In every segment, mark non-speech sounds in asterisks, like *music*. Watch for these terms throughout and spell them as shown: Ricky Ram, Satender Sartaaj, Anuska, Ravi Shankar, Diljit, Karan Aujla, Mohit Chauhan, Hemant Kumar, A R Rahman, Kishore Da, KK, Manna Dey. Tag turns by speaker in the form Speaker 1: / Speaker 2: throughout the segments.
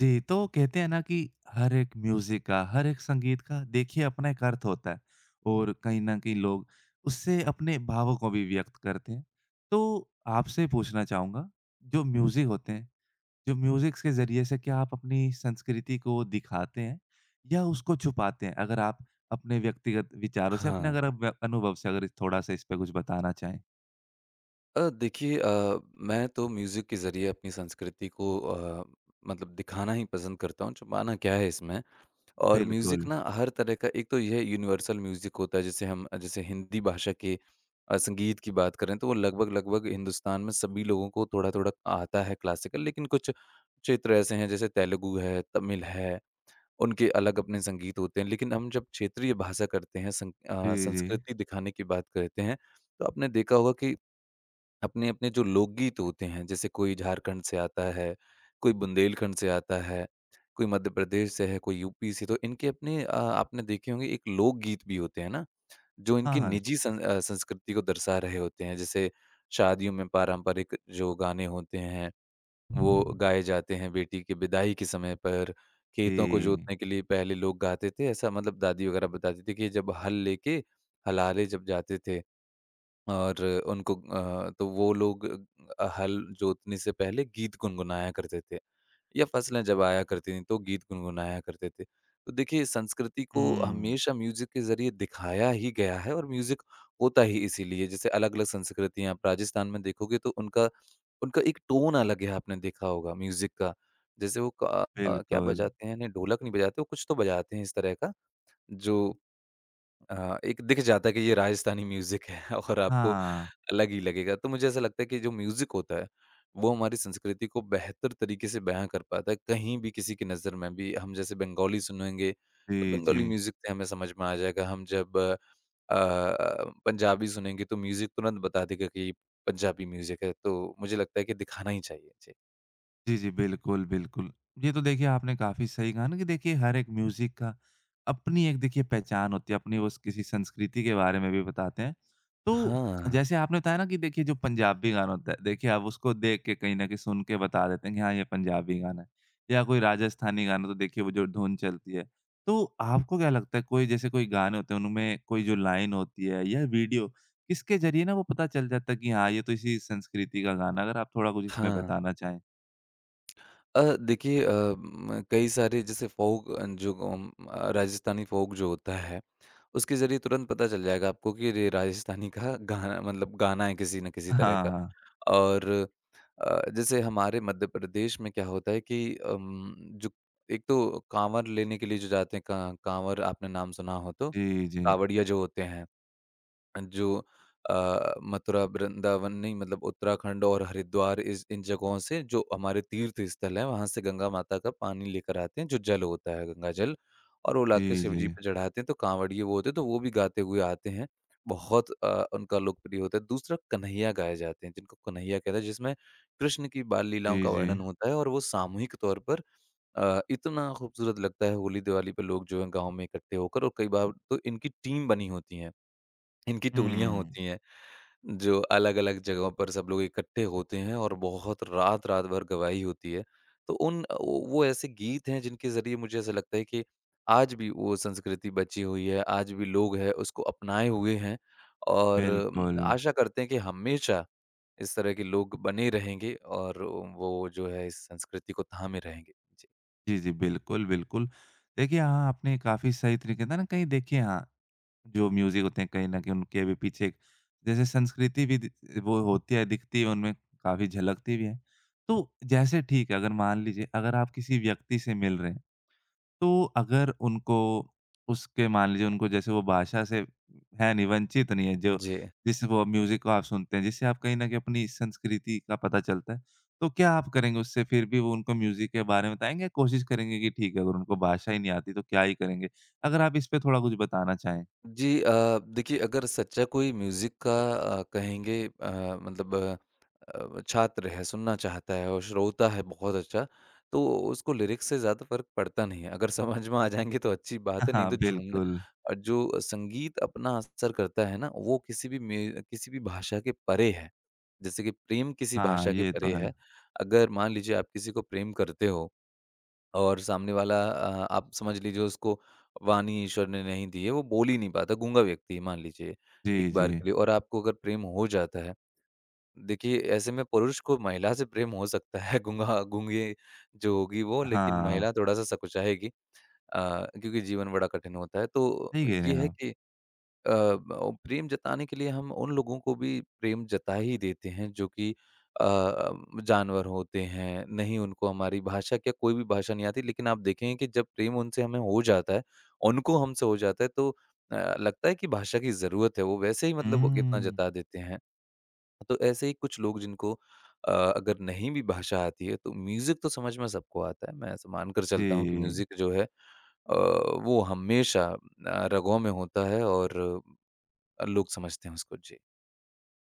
Speaker 1: जी, तो कहते हैं ना कि हर एक म्यूज़िक का, हर एक संगीत का देखिए अपना एक अर्थ होता है और कहीं न कहीं लोग उससे अपने भावों को भी व्यक्त करते हैं। तो आपसे पूछना चाहूँगा, जो म्यूज़िक होते हैं, जो म्यूज़िक्स के ज़रिए से क्या आप अपनी संस्कृति को दिखाते हैं या उसको छुपाते हैं? अगर आप अपने व्यक्तिगत विचारों से, अपने
Speaker 2: हाँ।
Speaker 1: अगर आप व अनुभव से अगर थोड़ा-सा इस पे कुछ बताना चाहें?
Speaker 2: देखिए मैं तो म्यूज़िक के ज़रिए अपनी संस्कृति को मतलब दिखाना ही पसंद करता हूँ, छुपाना क्या है इसमें। और म्यूज़िक
Speaker 1: बिल्कुल।
Speaker 2: ना हर तरह का एक तो यह यूनिवर्सल म्यूज़िक होता है, जैसे हम जैसे हिंदी भाषा के संगीत की बात करें तो वो लगभग-लगभग हिंदुस्तान में सभी लोगों को थोड़ा-थोड़ा आता है क्लासिकल, लेकिन कुछ क्षेत्र ऐसे हैं जैसे तेलुगु है, तमिल है, उनके अलग अपने संगीत होते हैं। लेकिन हम जब क्षेत्रीय भाषा करते हैं,
Speaker 1: जी, जी।
Speaker 2: संस्कृति दिखाने की बात करते हैं, तो आपने देखा होगा कि अपने-अपने जो लोकगीत होते हैं, जैसे कोई झारखंड से आता है, कोई बुंदेलखंड से आता है, कोई मध्य प्रदेश से है, कोई यूपी से, तो इनके अपने आपने देखे होंगे एक लोकगीत भी होते हैं ना, जो
Speaker 1: हाँ,
Speaker 2: इनकी
Speaker 1: हाँ।
Speaker 2: निजी संस्कृति को दर्शा रहे होते हैं। जैसे शादियों में पारंपरिक जो गाने होते हैं, वो गाए जाते हैं बेटी की विदाई के समय पर, खेतों को
Speaker 1: जी।
Speaker 2: जोतने के लिए पहले लोग गाते थे, ऐसा मतलब दादी वगैरह बताती थी कि जब हल लेके हलाले जब जाते थे और उनको तो वो लोग हल जोतने से पहले गीत गुनगुनाया करते थे या फसलें जब आया करती थी तो गीत गुनगुनाया करते थे, तो देखिए संस्कृति को
Speaker 1: हुँ,
Speaker 2: हमेशा म्यूजिक के जरिए दिखाया ही गया है। और म्यूजिक होता ही इसीलिए, जैसे अलग अलग संस्कृतियां आप राजस्थान में देखोगे तो उनका उनका एक टोन अलग है, आपने देखा होगा म्यूजिक का। जैसे क्या
Speaker 1: बिल्कुल।
Speaker 2: बजाते हैं, नहीं ढोलक नहीं बजाते, वो कुछ तो बजाते हैं इस तरह का जो एक दिख जाता है कि ये राजस्थानी म्यूजिक है *laughs* और आपको
Speaker 1: हाँ।
Speaker 2: अलग ही लगेगा। तो मुझे ऐसा लगता है कि जो म्यूज़िक होता है, वो हमारी संस्कृति को बेहतर तरीके से बयाँ कर पाता है, कहीं भी किसी की नज़र में भी। हम जैसे बंगाली सुनेंगे, तो
Speaker 1: जी,
Speaker 2: बंगाली
Speaker 1: जी।
Speaker 2: म्यूज़िक से हमें समझ में आ जाएगा। हम जब पंजाबी सुनेंगे, तो म्यूज़िक तुरंत बता देगा कि ये पंजाबी म्यूज़िक है। तो मुझे लगता है कि दिखाना ही चाहिए। जी।
Speaker 1: जी, जी। बिल्कुल, बिल्कुल। ये तो देखिए आपने काफ़ी सही कहा ना कि देखिए हर एक म्यूज़िक का अपनी एक देखिए पहचान होती है, अपनी वो स किसी संस्कृति के बारे में भी बताते हैं। तो
Speaker 2: हाँ,
Speaker 1: जैसे आपने बताया ना कि देखिए जो पंजाबी गाना होता है, देखिए आप उसको देख के कहीं न कहीं सुन के बता देते हैं कि हाँ, ये पंजाबी गाना है या कोई राजस्थानी गाना तो देखिए वो जो धुन चलती है। तो आपको क्या लगता है कोई जैसे कोई गाने होते हैं उनमें कोई जो लाइन होती है या वीडियो किसके ज़रिए ना वो पता चल जाता है कि हाँ, ये तो इसी संस्कृति का गाना है? अगर आप थोड़ा कुछ इसमें
Speaker 2: हाँ।
Speaker 1: बताना चाहें।
Speaker 2: देखिए म कई सारे जैसे फ़ोक जो राजस्थानी फ़ोक जो होता है उसके ज़रिए तुरंत पता चल जाएगा आपको कि ये राजस्थानी का गाना, मतलब गाना है किसी न किसी तरह का।
Speaker 1: हाँ।
Speaker 2: और जैसे हमारे मध्य प्रदेश में क्या होता है कि जो एक तो काँवड़ लेने के लिए जो जाते हैं, काँवड़ आपने नाम सुना हो तो,
Speaker 1: जी, जी।
Speaker 2: काँवड़िया जो होते हैं। जो मथुरा, वृंदावन नहीं, मतलब उत्तराखंड और हरिद्वार, इस इन जगहों से जो हमारे तीर्थ स्थल हैं, वहाँ से गंगा माता का पानी लेकर आते हैं, जो जल होता है गंगा जल, और वो लाके
Speaker 1: जी,
Speaker 2: शिव
Speaker 1: जी।
Speaker 2: जी पे चढ़ाते हैं, तो कांवड़िए वो होते हैं, तो वो भी गाते हुए आते हैं। बहुत उनका लोकप्रिय होता है। दूसरा कन्हैया गाए जाते हैं, जिनको कन्हैया कहते हैं, जिसमें कृष्ण की बाल लीलाओं
Speaker 1: जी,
Speaker 2: का
Speaker 1: जी।
Speaker 2: वर्णन होता है और वो सामूहिक तौर पर इतना खूबसूरत लगता है। होली-दिवाली पे लोग जो हैं गाँव में इकट्ठे होकर, और कई बार तो इनकी टीम बनी होती हैं। इनकी टोलियाँ
Speaker 1: हुँ।
Speaker 2: होती हैं, जो अलग-अलग जगहों पर सब लोग इकट्ठे होते हैं और बहुत रात-रात भर गवाही होती है। तो वो ऐसे गीत हैं जिनके ज़रिए मुझे ऐसा लगता है कि आज भी वो संस्कृति बची हुई है, आज भी लोग हैं उसको अपनाए हुए हैं और
Speaker 1: बिल्कुल।
Speaker 2: आशा करते हैं कि हमेशा इस तरह के लोग बने रहेंगे और वो जो है इस संस्कृति को थामे रहेंगे। जी।
Speaker 1: जी, जी। बिल्कुल, बिल्कुल। देखिए हाँ, आपने काफ़ी सही तरीके से ना कहीं देखिए हाँ, जो म्यूज़िक होते हैं कहीं न कहीं उनके भी पीछे एक जैसे संस्कृति भी दि वो होती है, दिखती है उनमें, काफ़ी झलकती भी है। तो जैसे ठीक है अगर मान लीजिए अगर आप किसी व्यक्ति से मिल रहे हैं तो अगर उनको उसके मान लीजिए उनको जैसे वो भाषा से है नहीं, वंचित नहीं है जो
Speaker 2: जी।
Speaker 1: जिस वो म्यूज़िक को आप सुनते हैं, जिससे आप कहीं न कहीं अपनी संस्कृति का पता चलता है। तो क्या आप करेंगे उससे फिर भी वो उनको म्यूज़िक के बारे में बताएँगे या कोशिश करेंगे कि ठीक है अगर उनको भाषा ही नहीं आती तो क्या ही करेंगे? अगर आप इस पे थोड़ा कुछ बताना चाहें?
Speaker 2: जी। देखिए, अगर सच्चा कोई म्यूज़िक का कहेंगे, मतलब छात्र है, सुनना चाहता है और श्रोता है बहुत अच्छा, तो उसको लिरिक्स से ज़्यादा फ़र्क पड़ता नहीं है। अगर समझ में आ जाएँगे तो अच्छी बात
Speaker 1: *laughs*
Speaker 2: है, नहीं
Speaker 1: हाँ,
Speaker 2: तो झूमना।
Speaker 1: बिल्कुल।
Speaker 2: जो संगीत अपना असर करता है ना, वो किसी भी म्यू किसी भी भाषा के परे है। जैसे कि प्रेम किसी
Speaker 1: हाँ,
Speaker 2: भाषा के
Speaker 1: ये तो
Speaker 2: परे
Speaker 1: है।
Speaker 2: है। अगर मान लीजिए आप किसी को प्रेम करते हो और सामने वाला आप समझ लीजिए उसको वाणी ईश्वर ने नहीं दी है, वो बोल ही नहीं पाता, गूंगा व्यक्ति है मान लीजिए
Speaker 1: जी,
Speaker 2: एक
Speaker 1: जी।
Speaker 2: बार के लिए, और आपको अगर प्रेम हो जाता है, देखिए ऐसे में पुरुष को महिला से प्रेम हो सकता है। *laughs* गूंगा गूंगी जो होगी वो, लेकिन
Speaker 1: हाँ,
Speaker 2: महिला थोड़ा-सा सकुचाएगी क्योंकि जीवन बड़ा कठिन होता है। तो
Speaker 1: सही कह रहे
Speaker 2: ये
Speaker 1: हैं
Speaker 2: है
Speaker 1: आप।
Speaker 2: कि ब प्रेम जताने के लिए हम उन लोगों को भी प्रेम जता ही देते हैं जो कि अ, जानवर होते हैं, नहीं उनको हमारी भाषा, क्या कोई भी भाषा नहीं आती, लेकिन आप देखेंगे कि जब प्रेम उनसे हमें हो जाता है, उनको हमसे हो जाता है, तो लगता है कि भाषा की ज़रूरत है, वो वैसे ही मतलब वो कितना
Speaker 1: हुँ,
Speaker 2: जता देते हैं। तो ऐसे ही कुछ लोग जिनको अगर नहीं भी भाषा आती है तो म्यूज़िक तो समझ में सबको आता है। मैं ऐसा मानकर चलता हूँ कि
Speaker 1: जी।
Speaker 2: म्यूज़िक जो है अ, वो हमेशा रगों में होता है और लोग समझते हैं उसको। जी।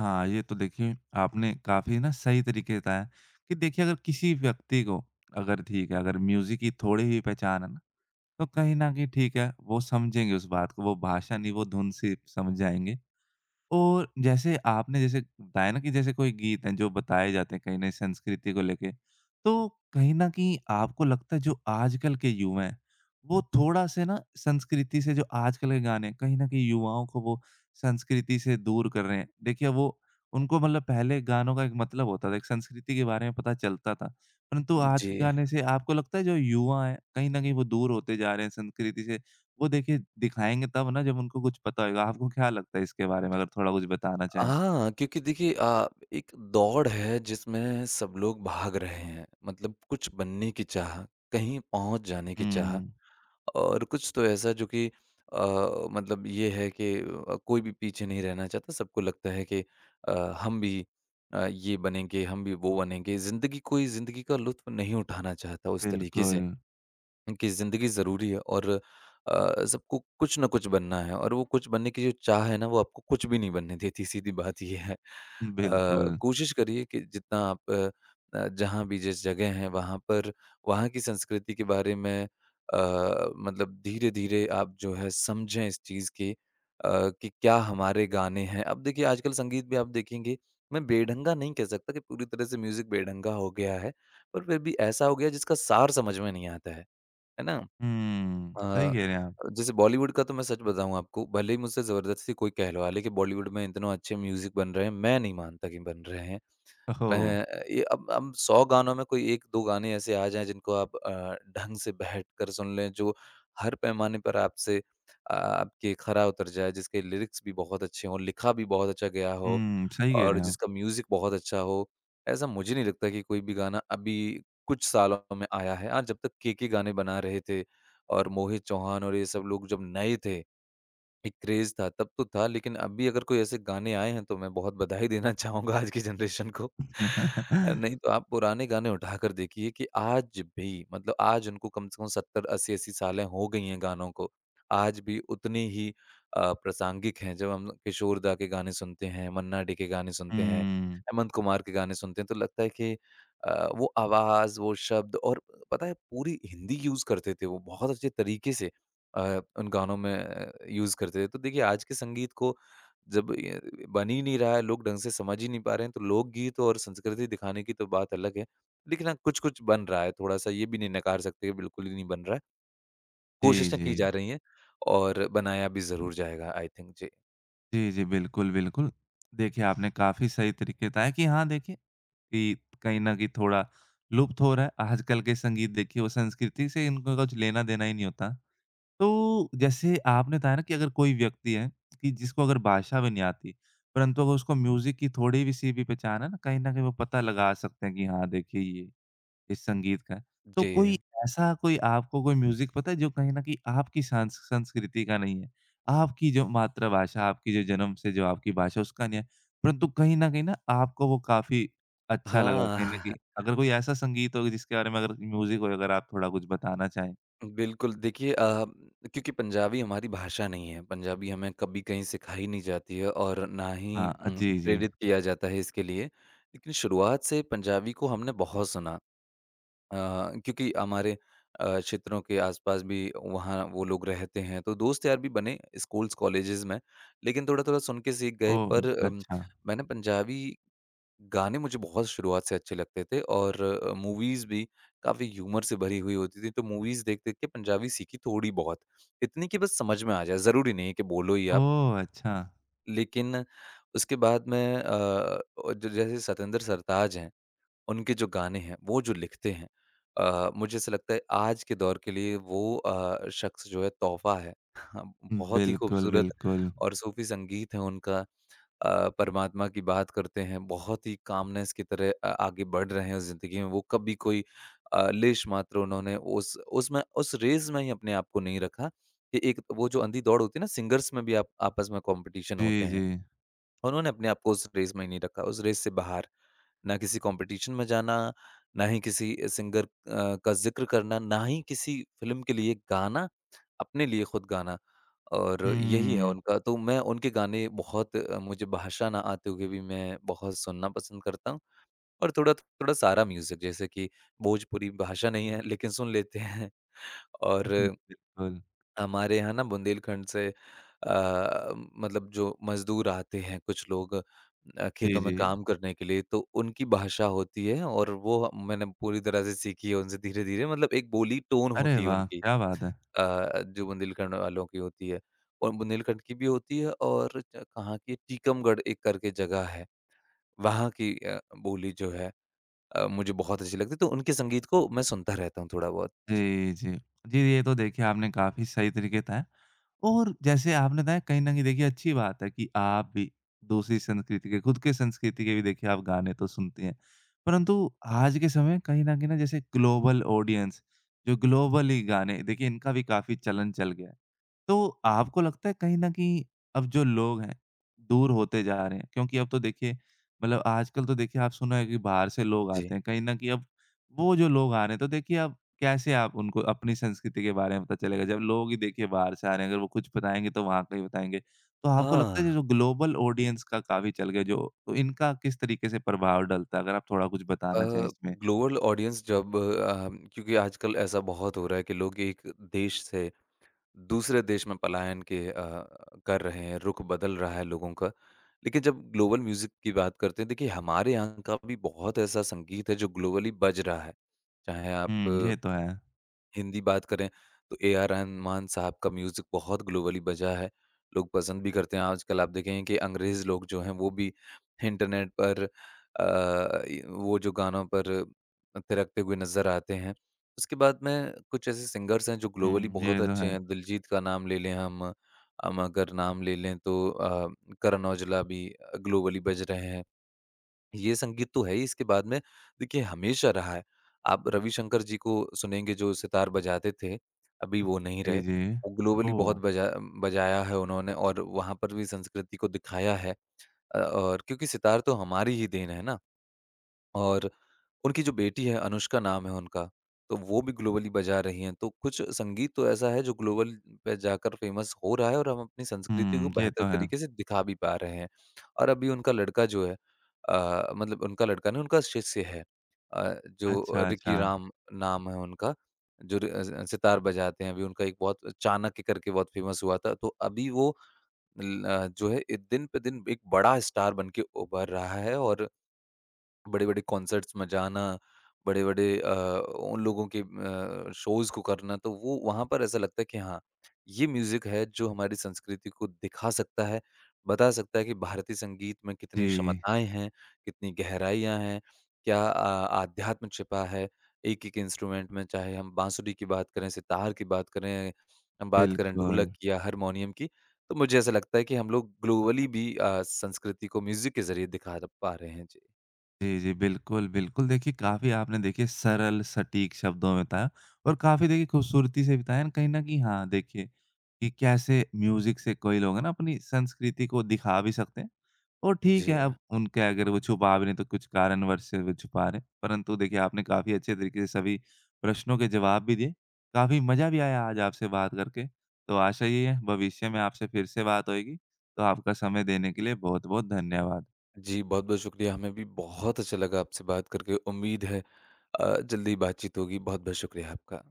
Speaker 1: हाँ, ये तो देखिए आपने काफ़ी ना सही तरीके बताया कि देखिए अगर किसी व्यक्ति को अगर ठीक है, अगर म्यूज़िक की थोड़ी भी पहचान है ना, तो कहीं न कहीं ठीक है, वो समझेंगे उस बात को, वो भाषा नहीं, वो धुन से समझ जाएँगे। और जैसे आपने जैसे बताया ना कि जैसे कोई गीत हैं जो बताए जाते हैं कहीं ना संस्कृति को लेके तो कहीं ना कहीं आपको लगता है जो आजकल के युवा हैं वो थोड़ा से ना संस्कृति से जो आजकल के गाने हैं, कहीं ना कहीं युवाओं को वो संस्कृति से दूर कर रहे हैं देखिए वो उनको मतलब पहले गानों का एक मतलब होता था एक संस्कृति के बारे में पता चलता था परंतु आज
Speaker 2: जी।
Speaker 1: के गाने से आपको लगता है जो युवा है कहीं ना कहीं वो दूर होते जा रहे हैं संस्कृति से वो देखिए दिखाएँगे तब ना जब उनको कुछ पता होगा। आपको क्या लगता है इसके बारे में अगर थोड़ा कुछ बताना चाहें?
Speaker 2: हाँ, क्योंकि देखिए एक दौड़ है जिसमें सब लोग भाग रहे हैं। मतलब कुछ बनने की चाह, कहीं पहुँच जाने की चाह
Speaker 1: हुँ,
Speaker 2: और कुछ तो ऐसा जो कि अ, मतलब ये है कि कोई भी पीछे नहीं रहना चाहता। सबको लगता है कि अ, हम भी ये बनेंगे, हम भी वो बनेंगे। ज़िंदगी कोई ज़िंदगी का लुत्फ़ नहीं उठाना चाहता उस तरीके
Speaker 1: बिल्कुल।
Speaker 2: से। कि ज़िंदगी ज़रूरी है और सबको कुछ ना कुछ बनना है, और वो कुछ बनने की जो चाह है ना, वो आपको कुछ भी नहीं बनने देती, सीधी बात ये है।
Speaker 1: बिल्कुल।
Speaker 2: कोशिश करिए कि जितना आप जहाँ भी जिस जगह हैं, वहाँ पर वहाँ की संस्कृति के बारे में मतलब धीरे-धीरे आप जो है समझें इस चीज़ की, कि क्या हमारे गाने हैं। अब देखिए आजकल संगीत भी आप देखेंगे, मैं बेढंगा नहीं कह सकता कि पूरी तरह से म्यूज़िक बेढंगा हो गया है, पर फिर भी ऐसा हो गया है जिसका सार समझ में नहीं आता है। है ना?
Speaker 1: हुँ, सही
Speaker 2: अ,
Speaker 1: कह रहे हैं आप।
Speaker 2: जैसे बॉलीवुड का तो मैं सच बताऊँ आपको, भले ही मुझसे ज़बरदस्ती कोई कहलवा ले कि बॉलीवुड में इतना अच्छे म्यूज़िक बन रहे हैं, मैं नहीं मानता कि बन रहे हैं। मैं
Speaker 1: ओह!
Speaker 2: ये अब 100 गानों में कोई 1-2 गाने ऐसे आ जाएँ जिनको आप ढंग से बैठकर सुन लें, जो हर पैमाने पर आपके खरा उतर जाए, जिसके लिरिक्स भी बहुत अच्छे हों, लिखा भी बहुत अच्छा गया हो
Speaker 1: हुँ, सही कह
Speaker 2: और
Speaker 1: रहे हैं आप।
Speaker 2: जिसका म्यूज़िक बहुत अच्छा हो। ऐसा मुझे नहीं लगता कि कोई भी गाना अभी कुछ सालों में आया है। हाँ, जब तक केके गाने बना रहे थे और मोहित चौहान और ये सब लोग जब नए थे, एक क्रेज़ था, तब तो था, लेकिन अभी अगर कोई ऐसे गाने आए हैं तो मैं बहुत बधाई देना *laughs* चाहूँगा आज की जनरेशन को। *laughs*
Speaker 1: *laughs*
Speaker 2: नहीं तो आप पुराने गाने उठाकर देखिए कि आज भी, मतलब आज उनको कम से कम 70-80-80 सालें हो गई हैं गानों को। आज भी उतनी ही प्रासंगिक हैं। जब हम किशोर दा के गाने सुनते हैं, मन्ना डे के गाने सुनते हैं,
Speaker 1: हुँ,
Speaker 2: हेमंत कुमार के गाने सुनते हैं, तो लगता है कि वो आवाज़, वो शब्द, और पता है पूरी हिंदी यूज़ करते थे वो बहुत अच्छे तरीके से। उन गानों में यूज़ करते थे। तो देखिए आज के संगीत को जब ये बन ही नहीं रहा है, लोग ढंग से समझ ही नहीं पा रहे हैं, तो लोकगीत और संस्कृति दिखाने की तो बात अलग है। लेकिन हाँ, कुछ-कुछ बन रहा है, थोड़ा-सा ये भी नहीं नकार सकते कि बिल्कुल ही नहीं बन रहा है।
Speaker 1: जी,
Speaker 2: कोशिशें की
Speaker 1: जी।
Speaker 2: जा रही हैं और बनाया भी ज़रूर जाएगा आई थिंक। जी।
Speaker 1: जी, जी, बिल्कुल, बिल्कुल। देखिए आपने काफ़ी सही तरीके बताया कि हाँ देखिए, कि कहीं न कहीं थोड़ा लुप्त हो रहा है। आजकल के संगीत देखिए वो संस्कृति से इनका कुछ लेना-देना ही नहीं होता। तो जैसे आपने बताया ना कि अगर कोई व्यक्ति है कि जिसको अगर भाषा भी नहीं आती, परंतु अगर उसको म्यूज़िक की थोड़ी-सी भी पहचान है ना, कहीं न कहीं वो पता लगा सकते हैं कि हाँ, देखिए ये इस संगीत का है। तो कोई
Speaker 2: जी।
Speaker 1: ऐसा कोई आपको कोई म्यूज़िक पता है जो कहीं न कहीं आपकी सांस संस्कृति का नहीं है, आपकी जो मातृभाषा, आपकी जो जन्म से जो आपकी भाषा उसका नहीं है, परंतु कहीं न कहीं ना आपको वो काफ़ी अच्छा लगा कहीं न कहीं।
Speaker 2: हाँ। *laughs*
Speaker 1: अगर कोई ऐसा संगीत हो जिसके बारे में अगर म्यूज़िक हो अगर आप थोड़ा कुछ बताना चाहें?
Speaker 2: बिल्कुल, देखिए क्योंकि पंजाबी हमारी भाषा नहीं है, पंजाबी हमें कभी कहीं सिखाई नहीं जाती है और ना ही
Speaker 1: हाँ, जी, जी।
Speaker 2: प्रेरित किया जाता है इसके लिए। लेकिन शुरुआत से पंजाबी को हमने बहुत सुना अ, क्योंकि हमारे क्षेत्रों के आस-पास भी वहाँ वो लोग रहते हैं, तो दोस्त यार भी बने स्कूल्स, कॉलेजेस में। लेकिन थोड़ा-थोड़ा सुन के सीख गए
Speaker 1: ओह!
Speaker 2: पर
Speaker 1: अच्छा।
Speaker 2: मैंने पंजाबी गाने, मुझे बहुत शुरुआत से अच्छे लगते थे, और मूवीज़ भी काफ़ी ह्यूमर से भरी हुई होती थी, तो मूवीज़ देख-देख के पंजाबी सीखी थोड़ी बहुत। इतनी कि बस समझ में आ जाए, ज़रूरी नहीं है कि बोलो ही आप।
Speaker 1: ओह! अच्छा।
Speaker 2: लेकिन उसके बाद मैं अ, अ, ज जैसे सतेंद्र सरताज हैं, उनके जो गाने हैं, वो जो लिखते हैं मुझे ऐसा लगता है आज के दौर के लिए वो शख्स जो है तोहफ़ा है। *laughs*
Speaker 1: हुँ,
Speaker 2: बहुत ही
Speaker 1: बिल्कुल,
Speaker 2: खूबसूरत
Speaker 1: बिल्कुल।
Speaker 2: और सूफ़ी संगीत है उनका। परमात्मा की बात करते हैं, बहुत ही कामनेस की तरह आगे बढ़ रहे हैं ज़िंदगी में, वो कभी कोई लेश मात्र उन्होंने उस उसमें उस रेस में ही अपने आप को नहीं रखा कि एक वो जो अंधी दौड़ होती है ना, सिंगर्स में भी आप आपस में कॉम्पिटिशन होते
Speaker 1: जी, जी।
Speaker 2: हैं, उन्होंने अपने आप को उस रेस में ही नहीं रखा, उस रेस से बाहर। ना किसी कॉम्पिटिशन में जाना, ना ही किसी सिंगर का ज़िक्र करना, ना ही किसी फ़िल्म के लिए गाना, अपने लिए खुद गाना और यही है
Speaker 1: हुँ।
Speaker 2: उनका। तो मैं उनके गाने बहुत मुझे भाषा ना आते हुए भी मैं बहुत सुनना पसंद करता हूँ और थोड़ा-थोड़ा सारा म्यूज़िक जैसे कि भोजपुरी भाषा नहीं है लेकिन सुन लेते हैं और
Speaker 1: बिल्कुल।
Speaker 2: हमारे यहाँ ना बुंदेलखंड से अ, मतलब जो मज़दूर आते हैं कुछ लोग
Speaker 1: जी,
Speaker 2: खेतों में
Speaker 1: जी।
Speaker 2: काम करने के लिए तो उनकी भाषा होती है और मैंने पूरी तरह से सीखी है उनसे धीरे-धीरे मतलब एक बोली टोन
Speaker 1: अरे
Speaker 2: होती है
Speaker 1: वाह!
Speaker 2: उनकी
Speaker 1: क्या बात है।
Speaker 2: अ, जो बुंदेलखंड वालों की होती है और बुंदेलखंड की भी होती है और च कहाँ की टीकमगढ़ एक करके जगह है, वहाँ की बोली जो है मुझे बहुत अच्छी लगती है तो उनके संगीत को मैं सुनता रहता हूँ थोड़ा बहुत। जी,
Speaker 1: जी, जी। जी, ये तो देखिए आपने काफ़ी सही तरीके बताया और जैसे आपने बताया कहीं न कहीं देखिए अच्छी बात है कि आप भी दूसरी संस्कृति के खुद के संस्कृति के भी देखिए आप गाने तो सुनती हैं। परंतु आज के समय में कहीं न कहीं ना जैसे ग्लोबल ऑडियंस जो ग्लोबली गाने देखिए इनका भी काफ़ी चलन चल गया है। तो आपको लगता है कहीं न कहीं अब जो लोग हैं, दूर होते जा रहे हैं? क्योंकि अब तो देखिए मतलब आजकल तो देखिए आप सुना है कि बाहर से लोग
Speaker 2: जी।
Speaker 1: आते हैं। कहीं न कहीं अब वो जो लोग आ रहे हैं तो देखिए अब कैसे आप उनको अपनी संस्कृति के बारे में पता चलेगा? जब लोग ही देखिए बाहर से आ रहे हैं, अगर वो कुछ बताएँगे तो वहाँ का ही बताएँगे। तो आपको लगता है
Speaker 2: हाँ।
Speaker 1: जो ग्लोबल ऑडियंस का काफ़ी चल गया जो तो इनका किस तरीके से प्रभाव डलता है? अगर आप थोड़ा कुछ
Speaker 2: अ,
Speaker 1: बताना चाहें इसमें?
Speaker 2: ग्लोबल ऑडियंस जब क्योंकि आजकल ऐसा बहुत हो रहा है कि लोग एक देश से दूसरे देश में पलायन के कर रहे हैं, रुख बदल रहा है लोगों का। लेकिन जब ग्लोबल म्यूज़िक की बात करते हैं, देखिए हमारे यहाँ का भी बहुत ऐसा संगीत है जो ग्लोबली बज रहा है। चाहे आप
Speaker 1: हुँ, ये तो है।
Speaker 2: हिंदी बात करें तो A R रहमान साहब का म्यूज़िक बहुत ग्लोबली बजा है। लोग पसंद भी करते हैं। आजकल आप देखेंगे कि अंग्रेज़ लोग जो हैं वो भी इंटरनेट पर अ, इ वो जो गानों पर थिरकते हुए नज़र आते हैं। उसके बाद में कुछ ऐसे सिंगर्स हैं जो ग्लोबली
Speaker 1: हुँ, ये
Speaker 2: बहुत
Speaker 1: तो
Speaker 2: अच्छे
Speaker 1: है।
Speaker 2: हैं। दिलजीत का नाम ले लें हम अगर नाम ले लें तो करण औजला भी ग्लोबली बज रहे हैं। ये संगीत तो है ही, इसके बाद में देखिए हमेशा रहा है। आप रविशंकर जी को सुनेंगे जो सितार बजाते थे, अभी वो नहीं
Speaker 1: जी,
Speaker 2: रहे।
Speaker 1: जी।
Speaker 2: वो ग्लोबली बहुत
Speaker 1: ओह!
Speaker 2: बजा बजाया है उन्होंने और वहाँ पर भी संस्कृति को दिखाया है और क्योंकि सितार तो हमारी ही देन है ना और उनकी जो बेटी है, अनुष्का नाम है उनका, तो वो भी ग्लोबली बजा रही हैं। तो कुछ संगीत तो ऐसा है जो ग्लोबल पे जाकर फ़ेमस हो रहा है और हम अपनी संस्कृति को
Speaker 1: हुँ, ये
Speaker 2: बेहतर
Speaker 1: तो है।
Speaker 2: तरीके से दिखा भी पा रहे हैं। और अभी उनका लड़का जो है मतलब उनका लड़का नहीं, उनका शिष्य है जो
Speaker 1: अच्छा,
Speaker 2: रिकी
Speaker 1: अच्छा।
Speaker 2: राम नाम है उनका, सितार बजाते हैं। अभी उनका एक बहुत चाणक्य करके बहुत फ़ेमस हुआ था। तो अभी वो जो है ए दिन पे दिन एक बड़ा स्टार बन के उभर रहा है और बड़े-बड़े कॉन्सर्ट्स में जाना, बड़े-बड़े उन लोगों के शोज़ को करना, तो वो वहाँ पर ऐसा लगता है कि हाँ, ये म्यूज़िक है जो हमारी संस्कृति को दिखा सकता है, बता सकता है कि भारतीय संगीत में कितनी
Speaker 1: जी,
Speaker 2: क्षमताएँ हैं, कितनी गहराइयाँ हैं, क्या आध्यात्म छिपा है एक-एक इंस्ट्रूमेंट में, चाहे हम बांसुरी की बात करें, सितार की बात करें, हम बात करें
Speaker 1: बिल्कुल।
Speaker 2: ढोलक की या हारमोनियम की। तो मुझे ऐसा लगता है कि हम लोग ग्लोबली भी संस्कृति को म्यूज़िक के ज़रिए दिखा र पा रहे हैं। जी।
Speaker 1: जी, जी। बिल्कुल, बिल्कुल। देखिए, काफ़ी आपने देखिए सरल, सटीक शब्दों में बताया और काफ़ी देखिए खूबसूरती से बताया ना कहीं न कहीं हाँ, देखिए कि कैसे म्यूज़िक से कोई लोग है ना अपनी संस्कृति को दिखा भी सकते हैं। और ठीक है,
Speaker 2: जी।
Speaker 1: अब उनके अगर वो छुपा भी रहे हैं तो कुछ कारणवश से वो छुपा रहे हैं। परंतु देखिए आपने काफ़ी अच्छे तरीके से सभी प्रश्नों के जवाब भी दिए। काफ़ी मज़ा भी आया आज आपसे बात करके। तो आशा यही है भविष्य में आपसे फिर से बात होएगी। तो आपका समय देने के लिए बहुत-बहुत धन्यवाद।
Speaker 2: जी, बहुत-बहुत शुक्रिया, हमें भी बहुत अच्छा लगा आपसे बात करके। उम्मीद है अ, जल्दी बातचीत होगी। बहुत-बहुत शुक्रिया आपका।